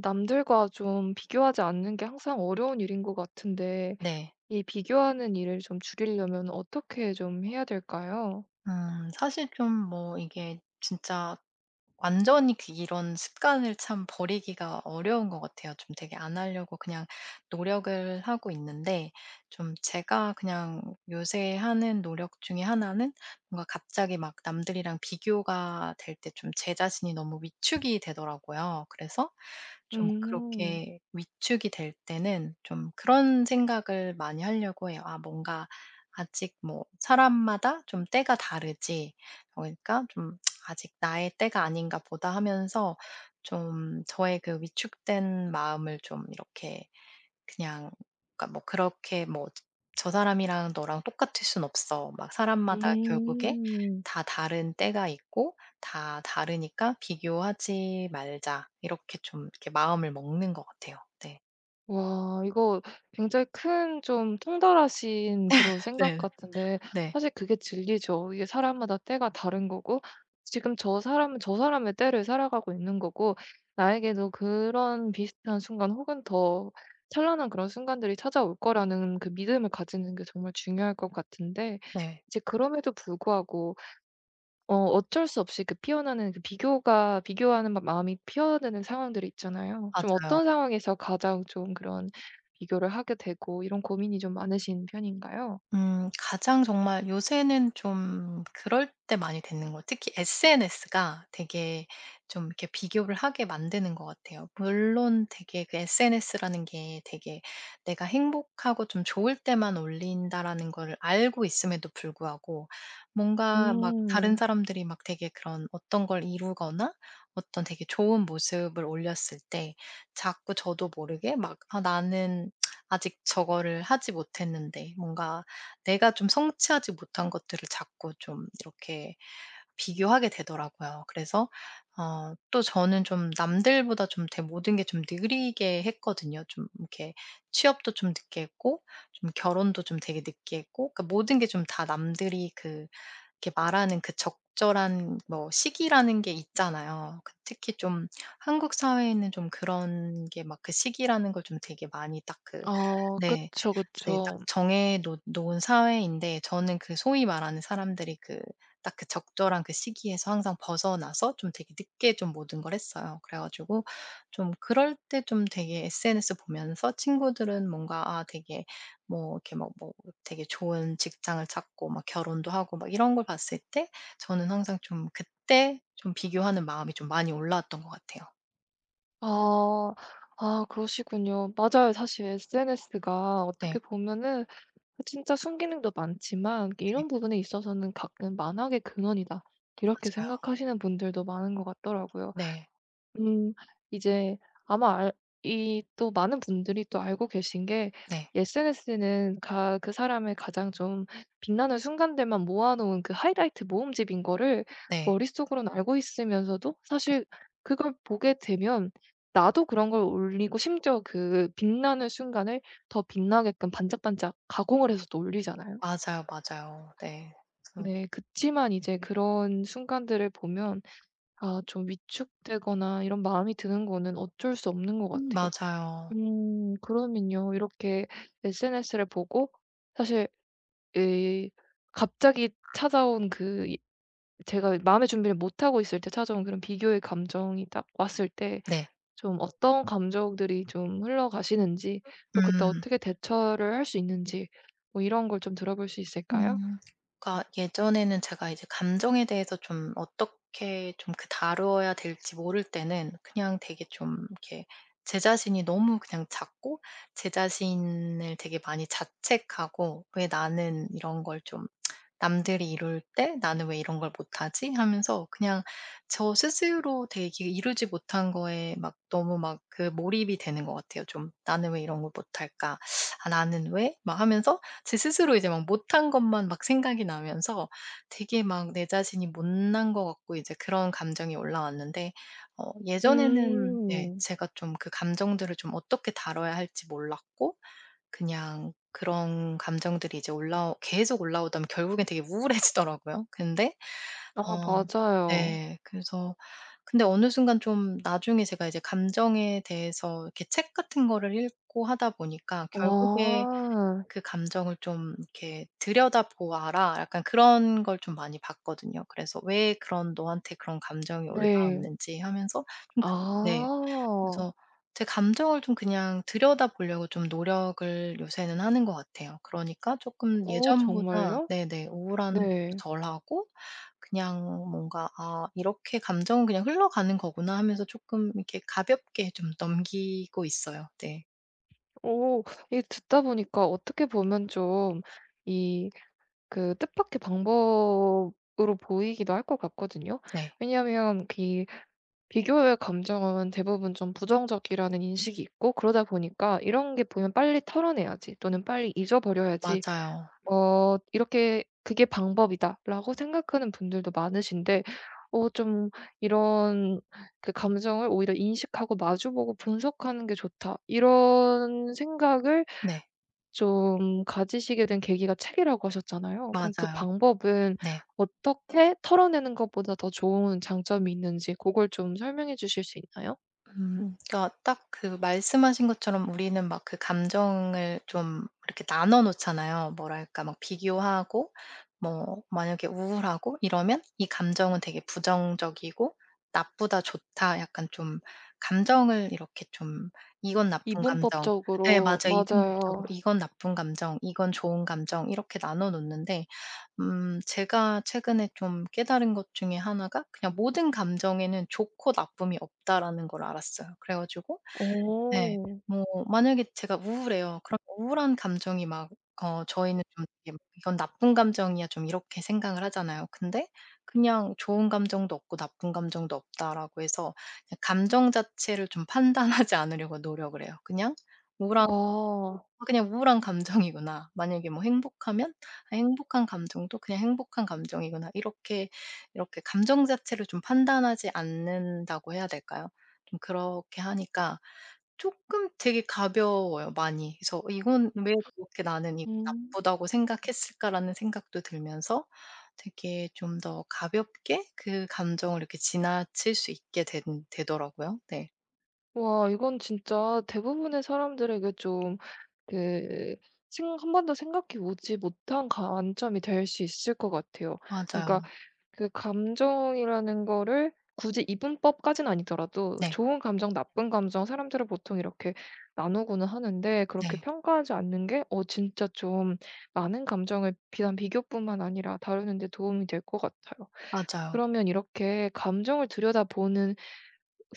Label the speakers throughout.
Speaker 1: 남들과 좀 비교하지 않는 게 항상 어려운 일인 것 같은데,
Speaker 2: 네.
Speaker 1: 이 비교하는 일을 좀 줄이려면 어떻게 좀 해야 될까요?
Speaker 2: 사실 좀 뭐 이게 진짜 완전히 그 이런 습관을 참 버리기가 어려운 것 같아요. 좀 되게 안 하려고 그냥 노력을 하고 있는데 좀 제가 그냥 요새 하는 노력 중에 하나는 뭔가 갑자기 막 남들이랑 비교가 될 때 좀 제 자신이 너무 위축이 되더라고요. 그래서 좀
Speaker 1: 음.
Speaker 2: 그렇게 위축이 될 때는 좀 그런 생각을 많이 하려고 해요. 아 뭔가 아직 뭐 사람마다 좀 때가 다르지. 그러니까 좀 '아직 나의 때가 아닌가 보다.' 하면서 좀 저의 그 위축된 마음을 좀 이렇게, 그냥, 그러니까 뭐 그렇게 뭐 '저 사람이랑 너랑 똑같을 순 없어.' 막 사람마다 결국에
Speaker 1: 음.
Speaker 2: 다 다른 때가 있고 다 다르니까 '비교하지 말자.' 이렇게 좀 이렇게 마음을 먹는 것 같아요. 네.
Speaker 1: 와, 이거 굉장히 큰 좀 통달하신 그런 생각
Speaker 2: 네.
Speaker 1: 같은데,
Speaker 2: 네.
Speaker 1: 사실 그게 진리죠. 이게 사람마다 때가 다른 거고, 지금 저 사람은 저 사람의 때를 살아가고 있는 거고, 나에게도 그런 비슷한 순간 혹은 더 찬란한 그런 순간들이 찾아올 거라는 그 믿음을 가지는 게 정말 중요할 것 같은데,
Speaker 2: 네.
Speaker 1: 이제 그럼에도 불구하고 어쩔 수 없이 그 피어나는 그 비교가 비교하는 막 마음이 피어드는 상황들이 있잖아요. 좀
Speaker 2: 맞아요.
Speaker 1: 어떤 상황에서 가장 좀 그런 비교를 하게 되고 이런 고민이 좀 많으신 편인가요?
Speaker 2: 가장 정말 요새는 좀 그럴 때 많이 듣는 거, 특히 SNS가 되게 좀 이렇게 비교를 하게 만드는 것 같아요. 물론 되게 그 SNS라는 게 되게 '내가 행복하고 좀 좋을 때만 올린다.'라는 걸 알고 있음에도 불구하고, 뭔가 막 다른
Speaker 1: 음.
Speaker 2: 사람들이 막 되게 그런 어떤 걸 이루거나 어떤 되게 좋은 모습을 올렸을 때 자꾸 저도 모르게 막 '아, 나는 아직 저거를 하지 못했는데.' 뭔가 내가 좀 성취하지 못한 것들을 자꾸 좀 이렇게 비교하게 되더라고요. 그래서 또 저는 좀 남들보다 좀 모든 게 좀 느리게 했거든요. 좀 이렇게 취업도 좀 늦게 했고 좀 결혼도 좀 되게 늦게 했고, 그러니까 모든 게 좀 다 남들이 그 이렇게 말하는 그 적절한 뭐 시기라는 게 있잖아요. 그 특히 좀 한국 사회에는 좀 그런 게 막 그 시기라는 걸 좀 되게 많이 딱 그,
Speaker 1: 아,
Speaker 2: 네.
Speaker 1: 그쵸,
Speaker 2: 네. 딱
Speaker 1: 그쵸.
Speaker 2: 정해 놓 놓은 사회인데 저는 그 소위 말하는 사람들이 그 딱 그 적절한 그 시기에서 항상 벗어나서 좀 되게 늦게 좀 모든 걸 했어요. 그래 가지고 좀 그럴 때 좀 되게 SNS 보면서 친구들은 뭔가 아 되게 뭐 이렇게 막 뭐 되게 좋은 직장을 찾고 막 결혼도 하고 막 이런 걸 봤을 때 저는 항상 좀 그때 좀 비교하는 마음이 좀 많이 올라왔던 것 같아요.
Speaker 1: 아. 아, 그러시군요. 맞아요. 사실 SNS가
Speaker 2: 네.
Speaker 1: 어떻게 보면은 진짜 순기능도 많지만,
Speaker 2: 네.
Speaker 1: 이런 부분에 있어서는 가끔 '만악의 근원이다.' 이렇게
Speaker 2: 맞아요.
Speaker 1: 생각하시는 분들도 많은 것 같더라고요.
Speaker 2: 네.
Speaker 1: 음 이제, 아마 알 이 또 많은 분들이 또 알고 계신 게,
Speaker 2: 네.
Speaker 1: SNS는 가 그 사람의 가장 좀 빛나는 순간들만 모아 놓은 그 하이라이트 모음집인 거를
Speaker 2: 네.
Speaker 1: 머릿속으로는 알고 있으면서도, 사실 그걸 보게 되면 나도 그런 걸 올리고, 심지어 그 빛나는 순간을 더 빛나게끔 반짝반짝 가공을 해서 또 올리잖아요.
Speaker 2: 맞아요, 맞아요. 네.
Speaker 1: 네. 그치만 이제 그런 순간들을 보면, 아, 좀 위축되거나 이런 마음이 드는 거는 어쩔 수 없는 것 같아요.
Speaker 2: 맞아요.
Speaker 1: 그러면요, 이렇게 SNS를 보고, 사실 이 갑자기 찾아온 그 이 제가 마음의 준비를 못 하고 있을 때 찾아온 그런 비교의 감정이 딱 왔을 때,
Speaker 2: 네.
Speaker 1: 좀 어떤 감정들이 좀 흘러가시는지, 또 그때
Speaker 2: 음.
Speaker 1: 어떻게 대처를 할 수 있는지, 뭐 이런 걸 좀 들어볼 수 있을까요?
Speaker 2: 음. 그러니까 예전에는 제가 이제 감정에 대해서 좀 어떻게 좀 그 다뤄야 될지 모를 때는, 그냥 되게 좀 이렇게 제 자신이 너무 그냥 작고, 제 자신을 되게 많이 자책하고 '왜 나는 이런 걸좀 '남들이 이룰 때 나는 왜 이런 걸 못하지?' 하면서 그냥 저 스스로 되게 이루지 못한 거에 막 너무 막 그 몰입이 되는 것 같아요 좀. '나는 왜 이런 걸 못할까? 아 나는 왜?' 막 하면서 제 스스로 이제 막 못한 것만 막 생각이 나면서 되게 막 내 자신이 못난 것 같고 이제 그런 감정이 올라왔는데, 예전에는, 예,
Speaker 1: 음.
Speaker 2: 제가 좀 그 감정들을 좀 어떻게 다뤄야 할지 몰랐고, 그냥 그런 감정들이 이제 올라오 계속 올라오다 보면 결국엔 되게 우울해지더라고요. 근데
Speaker 1: 아,
Speaker 2: 어
Speaker 1: 맞아요.
Speaker 2: 네. 그래서 근데 어느 순간 좀 나중에 제가 이제 감정에 대해서 이렇게 책 같은 거를 읽고 하다 보니까 '결국에
Speaker 1: 아.
Speaker 2: 그 감정을 좀 이렇게 들여다보아라.' 약간 그런 걸 좀 많이 봤거든요. 그래서 '왜 그런, 너한테 그런 감정이
Speaker 1: 네.
Speaker 2: 올라왔는지.' 하면서 좀 그, 네.
Speaker 1: 아.
Speaker 2: 그래서 제 감정을 좀 그냥 들여다보려고 좀 노력을 요새는 하는 것 같아요. 그러니까 조금
Speaker 1: 어,
Speaker 2: 예전보다,
Speaker 1: 정말요?
Speaker 2: 네네, 우울한 것도
Speaker 1: 네.
Speaker 2: 덜하고 그냥 뭔가 '아 이렇게 감정은 그냥 흘러가는 거구나.' 하면서 조금 이렇게 가볍게 좀 넘기고 있어요. 네.
Speaker 1: 오, 이 듣다 보니까 어떻게 보면 좀 이 그 뜻밖의 방법으로 보이기도 할 것 같거든요.
Speaker 2: 네.
Speaker 1: 왜냐하면 이 비교의 감정은 대부분 좀 부정적이라는 인식이 있고, 그러다 보니까 이런 게 보면 빨리 털어내야지, 또는 빨리 잊어버려야지,
Speaker 2: 맞아요.
Speaker 1: 이렇게 '그게 방법이다.'라고 생각하는 분들도 많으신데, 좀 이런 그 감정을 오히려 인식하고 마주 보고 '분석하는 게 좋다.' 이런 생각을
Speaker 2: 네.
Speaker 1: 좀 가지시게 된 계기가 책이라고 하셨잖아요. 그럼 그
Speaker 2: 맞아요.
Speaker 1: 방법은
Speaker 2: 네.
Speaker 1: 어떻게 털어내는 것보다 더 좋은 장점이 있는지, 그걸 좀 설명해 주실 수 있나요?
Speaker 2: 음. 그러니까 딱 그 말씀하신 것처럼 우리는 막 그 감정을 좀 이렇게 나눠 놓잖아요. 뭐랄까 막 비교하고 뭐 만약에 우울하고 이러면 이 감정은 되게 부정적이고 나쁘다, 좋다, 약간 좀 감정을 이렇게 좀, 이건 나쁜 감정, 네
Speaker 1: 이분법적으로,
Speaker 2: 맞아요. 이분법적으로
Speaker 1: 맞아요.
Speaker 2: 이건 나쁜 감정, 이건 좋은 감정, 이렇게 나눠 놓는데 제가 최근에 좀 깨달은 것 중에 하나가 그냥 '모든 감정에는 좋고 나쁨이 없다.'라는 걸 알았어요. 그래 가지고, 네,
Speaker 1: 오.
Speaker 2: 뭐 만약에 제가 우울해요. 그럼 우울한 감정이 막, 저희는 좀 이게 '이건 나쁜 감정이야.' 좀 이렇게 생각을 하잖아요. 근데 그냥 '좋은 감정도 없고 나쁜 감정도 없다.'라고 해서 그냥 감정 자체를 좀 판단하지 않으려고 노력을 해요. 그냥 우울한
Speaker 1: 와.
Speaker 2: 아 그냥 우울한 감정이구나. 만약에 뭐 행복하면 '아 행복한 감정도 그냥 행복한 감정이구나.' 이렇게 감정 자체를 좀 판단하지 않는다고 해야 될까요? 좀 그렇게 하니까 쪼끔 되게 가벼워요, 많이. 그래서 '이건 왜 그렇게 나는 이
Speaker 1: 음.
Speaker 2: 나쁘다고 생각했을까?'라는 생각도 들면서 되게 좀 더 가볍게 그 감정을 이렇게 지나칠 수 있게 된 되더라고요. 네.
Speaker 1: 와, 이건 진짜 대부분의 사람들에게 좀 그 생 한 번도 생각해 보지 못한 관점이 될 수 있을 것 같아요.
Speaker 2: 맞아요.
Speaker 1: 그러니까 그 감정이라는 거를 굳이 이분법까지는 아니더라도
Speaker 2: 네.
Speaker 1: 좋은 감정, 나쁜 감정, 사람들은 보통 이렇게 나누고는 하는데, 그렇게
Speaker 2: 네.
Speaker 1: 평가하지 않는 게 진짜 좀 많은 감정을 비단 비교뿐만 아니라 다루는 데 도움이 될 것 같아요.
Speaker 2: 맞아요.
Speaker 1: 그러면 이렇게 감정을 들여다보는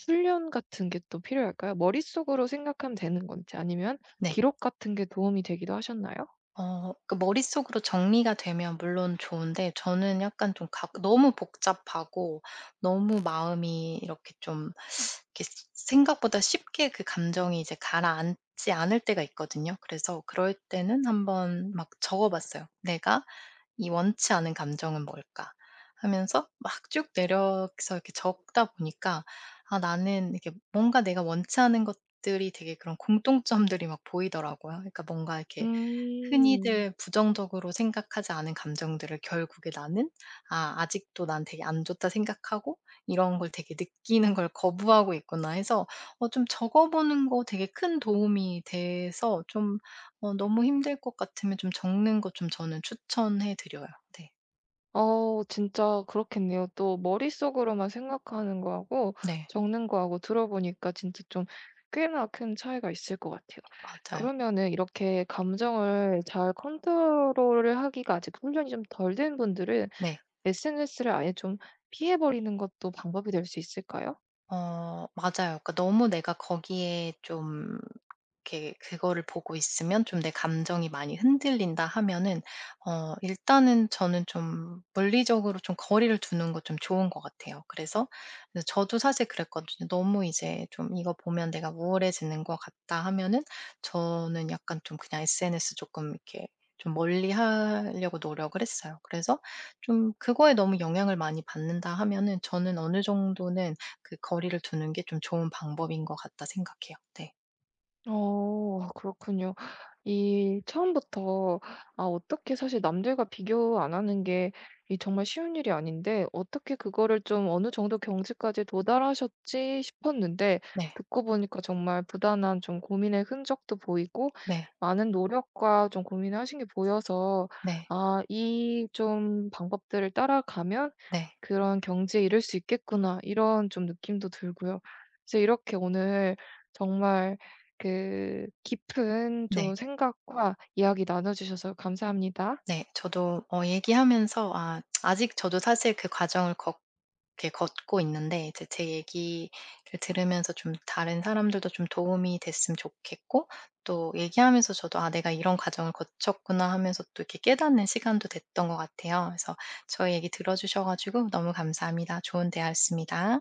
Speaker 1: 훈련 같은 게 또 필요할까요? 머릿속으로 생각하면 되는 건지, 아니면
Speaker 2: 네.
Speaker 1: 기록 같은 게 도움이 되기도 하셨나요?
Speaker 2: 그 머릿속으로 정리가 되면 물론 좋은데, 저는 약간 좀 각 너무 복잡하고 너무 마음이 이렇게 좀 이렇게 생각보다 쉽게 그 감정이 이제 가라앉지 않을 때가 있거든요. 그래서 그럴 때는 한번 막 적어 봤어요. '내가 이 원치 않은 감정은 뭘까?' 하면서 막 쭉 내려서 이렇게 적다 보니까, 아 나는 이렇게 뭔가 내가 원치 않은 것들이 되게 그런 공통점들이 막 보이더라고요. 그러니까 뭔가 이렇게
Speaker 1: 음.
Speaker 2: 흔히들 부정적으로 생각하지 않은 감정들을 결국에 나는 '아 아직도 난 되게 안 좋다 생각하고 이런 걸 되게 느끼는 걸 거부하고 있구나.' 해서, 좀 적어 보는 거 되게 큰 도움이 돼서 좀, 너무 힘들 것 같으면 좀 적는 거 좀 저는 추천해 드려요. 네.
Speaker 1: 어, 진짜 그렇겠네요. 또 머릿속으로만 생각하는 거하고
Speaker 2: 네.
Speaker 1: 적는 거하고, 들어보니까 진짜 좀 꽤나 큰 차이가 있을 것 같아요.
Speaker 2: 맞아요.
Speaker 1: 그러면은 이렇게 감정을 잘 컨트롤을 하기가 아직 훈련이 좀 덜 된 분들은,
Speaker 2: 네.
Speaker 1: SNS를 아예 좀 피해 버리는 것도 방법이 될 수 있을까요?
Speaker 2: 맞아요. 그러니까 너무 내가 거기에 좀 이렇게 그거를 보고 있으면 좀 '내 감정이 많이 흔들린다.' 하면은, 일단은 저는 좀 물리적으로 좀 거리를 두는 거 좀 좋은 것 같아요. 그래서, 저도 사실 그랬거든요. 너무 이제 좀 '이거 보면 내가 우울해지는 것 같다.' 하면은 저는 약간 좀 그냥 SNS 조금 이렇게 좀 멀리하려고 노력을 했어요. 그래서 좀 그거에 너무 영향을 많이 받는다 하면은 저는 어느 정도는 그 거리를 두는 게 좀 좋은 방법인 것 같다 생각해요. 네.
Speaker 1: 어, 그렇군요. 이 처음부터, 아, 어떻게 사실 남들과 비교 안 하는 게 이 정말 쉬운 일이 아닌데, 어떻게 그거를 좀 어느 정도 경지까지 도달하셨지 싶었는데,
Speaker 2: 네.
Speaker 1: 듣고 보니까 정말 부단한 좀 고민의 흔적도 보이고,
Speaker 2: 네.
Speaker 1: 많은 노력과 좀 고민을 하신 게 보여서,
Speaker 2: 네.
Speaker 1: 아, 이 좀 방법들을 따라가면
Speaker 2: 네.
Speaker 1: '그런 경지에 이를 수 있겠구나.' 이런 좀 느낌도 들고요. 그래서 이렇게 오늘 정말 그 깊은
Speaker 2: 네.
Speaker 1: 좀 생각과 이야기 나눠 주셔서 감사합니다.
Speaker 2: 네. 저도 얘기하면서, 아 아직 저도 사실 그 과정을 걷 이렇게 걷고 있는데 이제 제 얘기를 들으면서 좀 다른 사람들도 좀 도움이 됐으면 좋겠고, 또 얘기하면서 저도 '아 내가 이런 과정을 거쳤구나.' 하면서 또 이렇게 깨닫는 시간도 됐던 것 같아요. 그래서 저의 얘기 들어 주셔 가지고 너무 감사합니다. 좋은 대화였습니다.